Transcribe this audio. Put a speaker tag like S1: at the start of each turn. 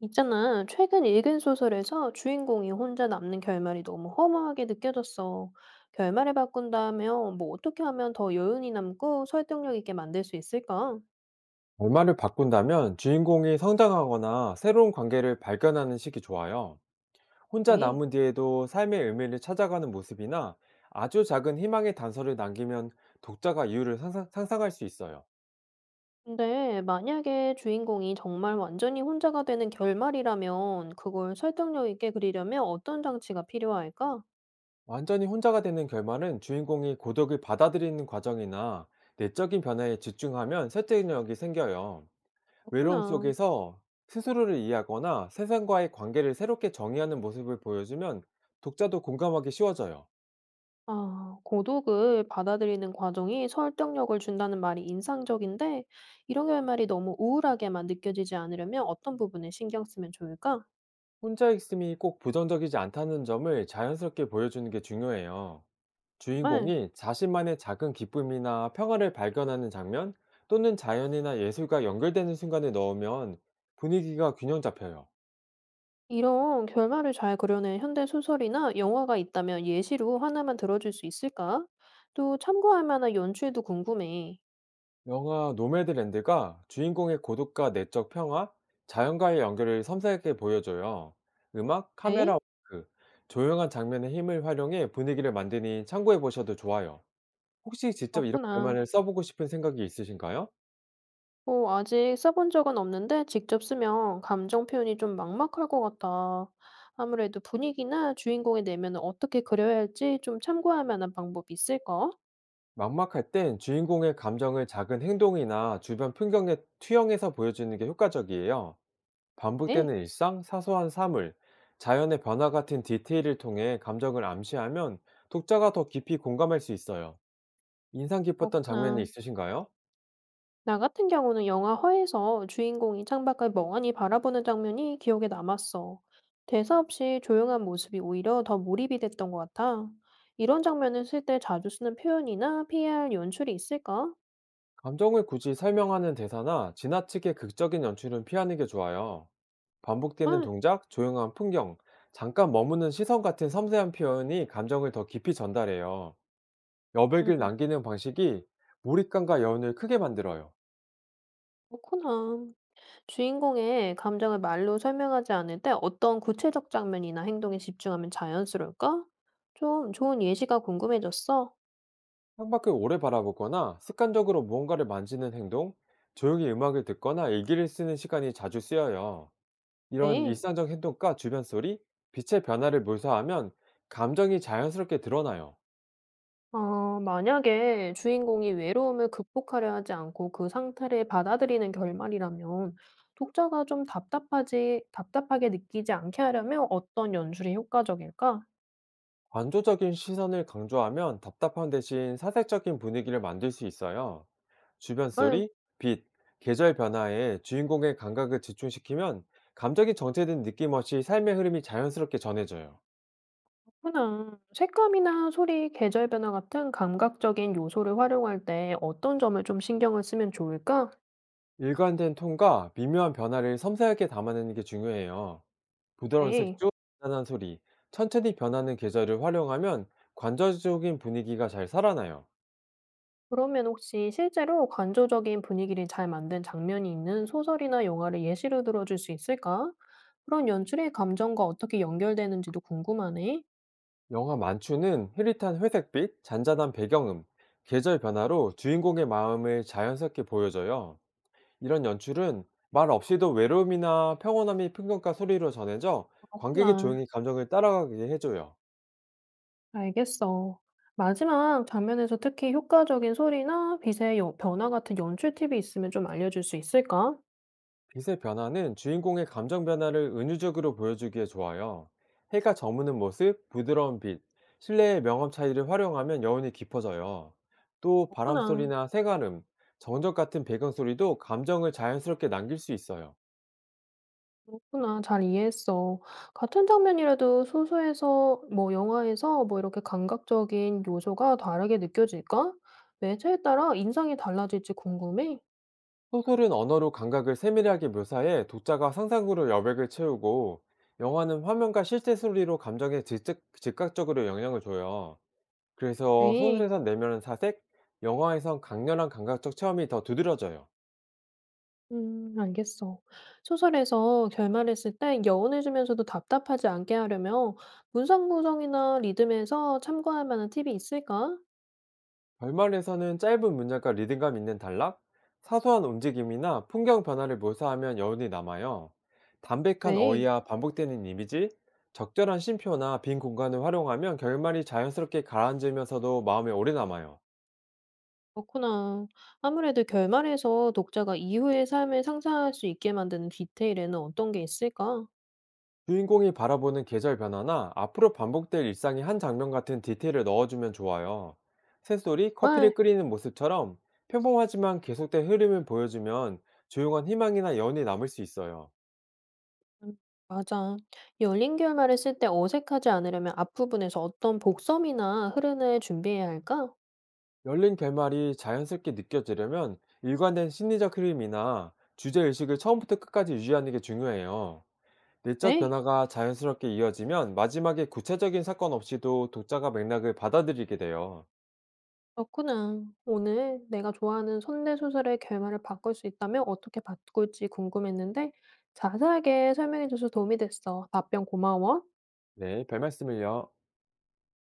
S1: 있잖아, 최근 읽은 소설에서 주인공이 혼자 남는 결말이 너무 허무하게 느껴졌어. 결말을 바꾼다면 뭐 어떻게 하면 더 여운이 남고 설득력 있게 만들 수 있을까?
S2: 결말을 바꾼다면 주인공이 성장하거나 새로운 관계를 발견하는 식이 좋아요. 혼자
S1: 네.
S2: 남은 뒤에도 삶의 의미를 찾아가는 모습이나 아주 작은 희망의 단서를 남기면 독자가 이유를 상상할 수 있어요.
S1: 근데 만약에 주인공이 정말 완전히 혼자가 되는 결말이라면 그걸 설득력 있게 그리려면 어떤 장치가 필요할까?
S2: 완전히 혼자가 되는 결말은 주인공이 고독을 받아들이는 과정이나 내적인 변화에 집중하면 설득력이 생겨요. 외로움
S1: 그렇구나.
S2: 속에서 스스로를 이해하거나 세상과의 관계를 새롭게 정의하는 모습을 보여주면 독자도 공감하기 쉬워져요.
S1: 아, 고독을 받아들이는 과정이 설득력을 준다는 말이 인상적인데, 이런 결말이 너무 우울하게만 느껴지지 않으려면 어떤 부분에 신경 쓰면 좋을까?
S2: 혼자 있음이 꼭 부정적이지 않다는 점을 자연스럽게 보여주는 게 중요해요.
S1: 네,
S2: 주인공이 자신만의 작은 기쁨이나 평화를 발견하는 장면 또는 자연이나 예술과 연결되는 순간을 넣으면 분위기가 균형 잡혀요.
S1: 이런 결말을 잘 그려낸 현대 소설이나 영화가 있다면 예시로 하나만 들어줄 수 있을까? 또 참고할 만한 연출도 궁금해.
S2: 영화 노매드랜드가 주인공의 고독과 내적 평화, 자연과의 연결을 섬세하게 보여줘요. 음악, 카메라
S1: 네?
S2: 워크, 조용한 장면의 힘을 활용해 분위기를 만드니 참고해 보셔도 좋아요. 혹시 직접 이런
S1: 그렇구나.
S2: 결말을 써보고 싶은 생각이 있으신가요?
S1: 어, 아직 써본 적은 없는데 직접 쓰면 감정 표현이 좀 막막할 것 같아. 아무래도 분위기나 주인공의 내면을 어떻게 그려야 할지 좀 참고할 만한 방법이 있을까?
S2: 막막할 땐 주인공의 감정을 작은 행동이나 주변 풍경에 투영해서 보여주는 게 효과적이에요.
S1: 에
S2: 반복되는 일상, 사소한 사물, 자연의 변화 같은 디테일을 통해 감정을 암시하면 독자가 더 깊이 공감할 수 있어요. 인상 깊었던 장면이
S1: 없구나.
S2: 있으신가요?
S1: 나 같은 경우는 영화 허에서 주인공이 창밖을 멍하니 바라보는 장면이 기억에 남았어. 대사 없이 조용한 모습이 오히려 더 몰입이 됐던 것 같아. 이런 장면을 쓸 때 자주 쓰는 표현이나 피 p 할 연출이 있을까?
S2: 감정을 굳이 설명하는 대사나 지나치게 극적인 연출은 피하는 게 좋아요. 반복되는
S1: 아,
S2: 동작, 조용한 풍경, 잠깐 머무는 시선 같은 섬세한 표현이 감정을 더 깊이 전달해요. 여백을
S1: 음,
S2: 남기는 방식이 몰입감과 여운을 크게 만들어요.
S1: 그렇구나. 주인공의 감정을 말로 설명하지 않을 때 어떤 구체적 장면이나 행동에 집중하면 자연스러울까? 좀 좋은 예시가 궁금해졌어.
S2: 창밖을 오래 바라보거나 습관적으로 무언가를 만지는 행동, 조용히 음악을 듣거나 일기를 쓰는 시간이 자주 쓰여요. 이런
S1: 네.
S2: 일상적 행동과 주변 소리, 빛의 변화를 묘사하면 감정이 자연스럽게 드러나요.
S1: 어, 만약에 주인공이 외로움을 극복하려 하지 않고 그 상태를 받아들이는 결말이라면 독자가 답답하게 느끼지 않게 하려면 어떤 연출이 효과적일까?
S2: 관조적인 시선을 강조하면 답답한 대신 사색적인 분위기를 만들 수 있어요. 주변
S1: 아,
S2: 소리, 빛, 계절 변화에 주인공의 감각을 집중시키면 감정이 정체된 느낌 없이 삶의 흐름이 자연스럽게 전해져요.
S1: 그렇구나. 색감이나 소리, 계절 변화 같은 감각적인 요소를 활용할 때 어떤 점을 좀 신경을 쓰면 좋을까?
S2: 일관된 톤과 미묘한 변화를 섬세하게 담아내는 게 중요해요. 부드러운
S1: 네.
S2: 색조, 단단한 소리, 천천히 변하는 계절을 활용하면 관조적인 분위기가 잘 살아나요.
S1: 그러면 혹시 실제로 관조적인 분위기를 잘 만든 장면이 있는 소설이나 영화를 예시로 들어줄 수 있을까? 그런 연출의 감정과 어떻게 연결되는지도 궁금하네.
S2: 영화 만추는 흐릿한 회색빛, 잔잔한 배경음, 계절 변화로 주인공의 마음을 자연스럽게 보여줘요. 이런 연출은 말 없이도 외로움이나 평온함이 풍경과 소리로 전해져 관객이
S1: 그렇구나.
S2: 조용히 감정을 따라가게 해줘요.
S1: 알겠어. 마지막 장면에서 특히 효과적인 소리나 변화 같은 연출 팁이 있으면 좀 알려줄 수 있을까?
S2: 빛의 변화는 주인공의 감정 변화를 은유적으로 보여주기에 좋아요. 해가 저무는 모습, 부드러운 빛, 실내의 명암 차이를 활용하면 여운이 깊어져요. 또 바람
S1: 그렇구나.
S2: 소리나 새가름, 정적 같은 배경 소리도 감정을 자연스럽게 남길 수 있어요.
S1: 그렇구나. 잘 이해했어. 같은 장면이라도 소설에서 뭐 영화에서 뭐 이렇게 감각적인 요소가 다르게 느껴질까? 매체에 따라 인상이 달라질지 궁금해.
S2: 소설은 언어로 감각을 세밀하게 묘사해 독자가 상상으로 여백을 채우고 영화는 화면과 실제 소리로 감정에 즉 즉각적으로 영향을 줘요. 그래서
S1: 에이,
S2: 소설에선 내면은 사색, 영화에선 강렬한 감각적 체험이 더 두드러져요.
S1: 알겠어. 소설에서 결말했을 때 여운을 주면서도 답답하지 않게 하려면 문장 구성이나 리듬에서 참고할 만한 팁이 있을까?
S2: 결말에서는 짧은 문장과 리듬감 있는 단락, 사소한 움직임이나 풍경 변화를 묘사하면 여운이 남아요. 담백한
S1: 네,
S2: 어휘와 반복되는 이미지, 적절한 심표나 빈 공간을 활용하면 결말이 자연스럽게 가라앉으면서도 마음에 오래 남아요.
S1: 그렇구나. 아무래도 결말에서 독자가 이후의 삶을 상상할 수 있게 만드는 디테일에는 어떤 게 있을까?
S2: 주인공이 바라보는 계절 변화나 앞으로 반복될 일상의 한 장면 같은 디테일을 넣어주면 좋아요. 새소리,
S1: 아,
S2: 커피를 끓이는 모습처럼 평범하지만 계속된 흐름을 보여주면 조용한 희망이나 여운이 남을 수 있어요.
S1: 음 맞아. 열린 결말을 쓸 때 어색하지 않으려면 앞부분에서 어떤 복선이나 흐름을 준비해야 할까?
S2: 열린 결말이 자연스럽게 느껴지려면 일관된 심리적 흐름이나 주제의식을 처음부터 끝까지 유지하는 게 중요해요. 내적
S1: 네,
S2: 변화가 자연스럽게 이어지면 마지막에 구체적인 사건 없이도 독자가 맥락을 받아들이게 돼요.
S1: 그렇구나. 오늘 내가 좋아하는 선대 소설의 결말을 바꿀 수 있다면 어떻게 바꿀지 궁금했는데 자세하게 설명해줘서 도움이 됐어. 답변 고마워.
S2: 네, 별 말씀을요.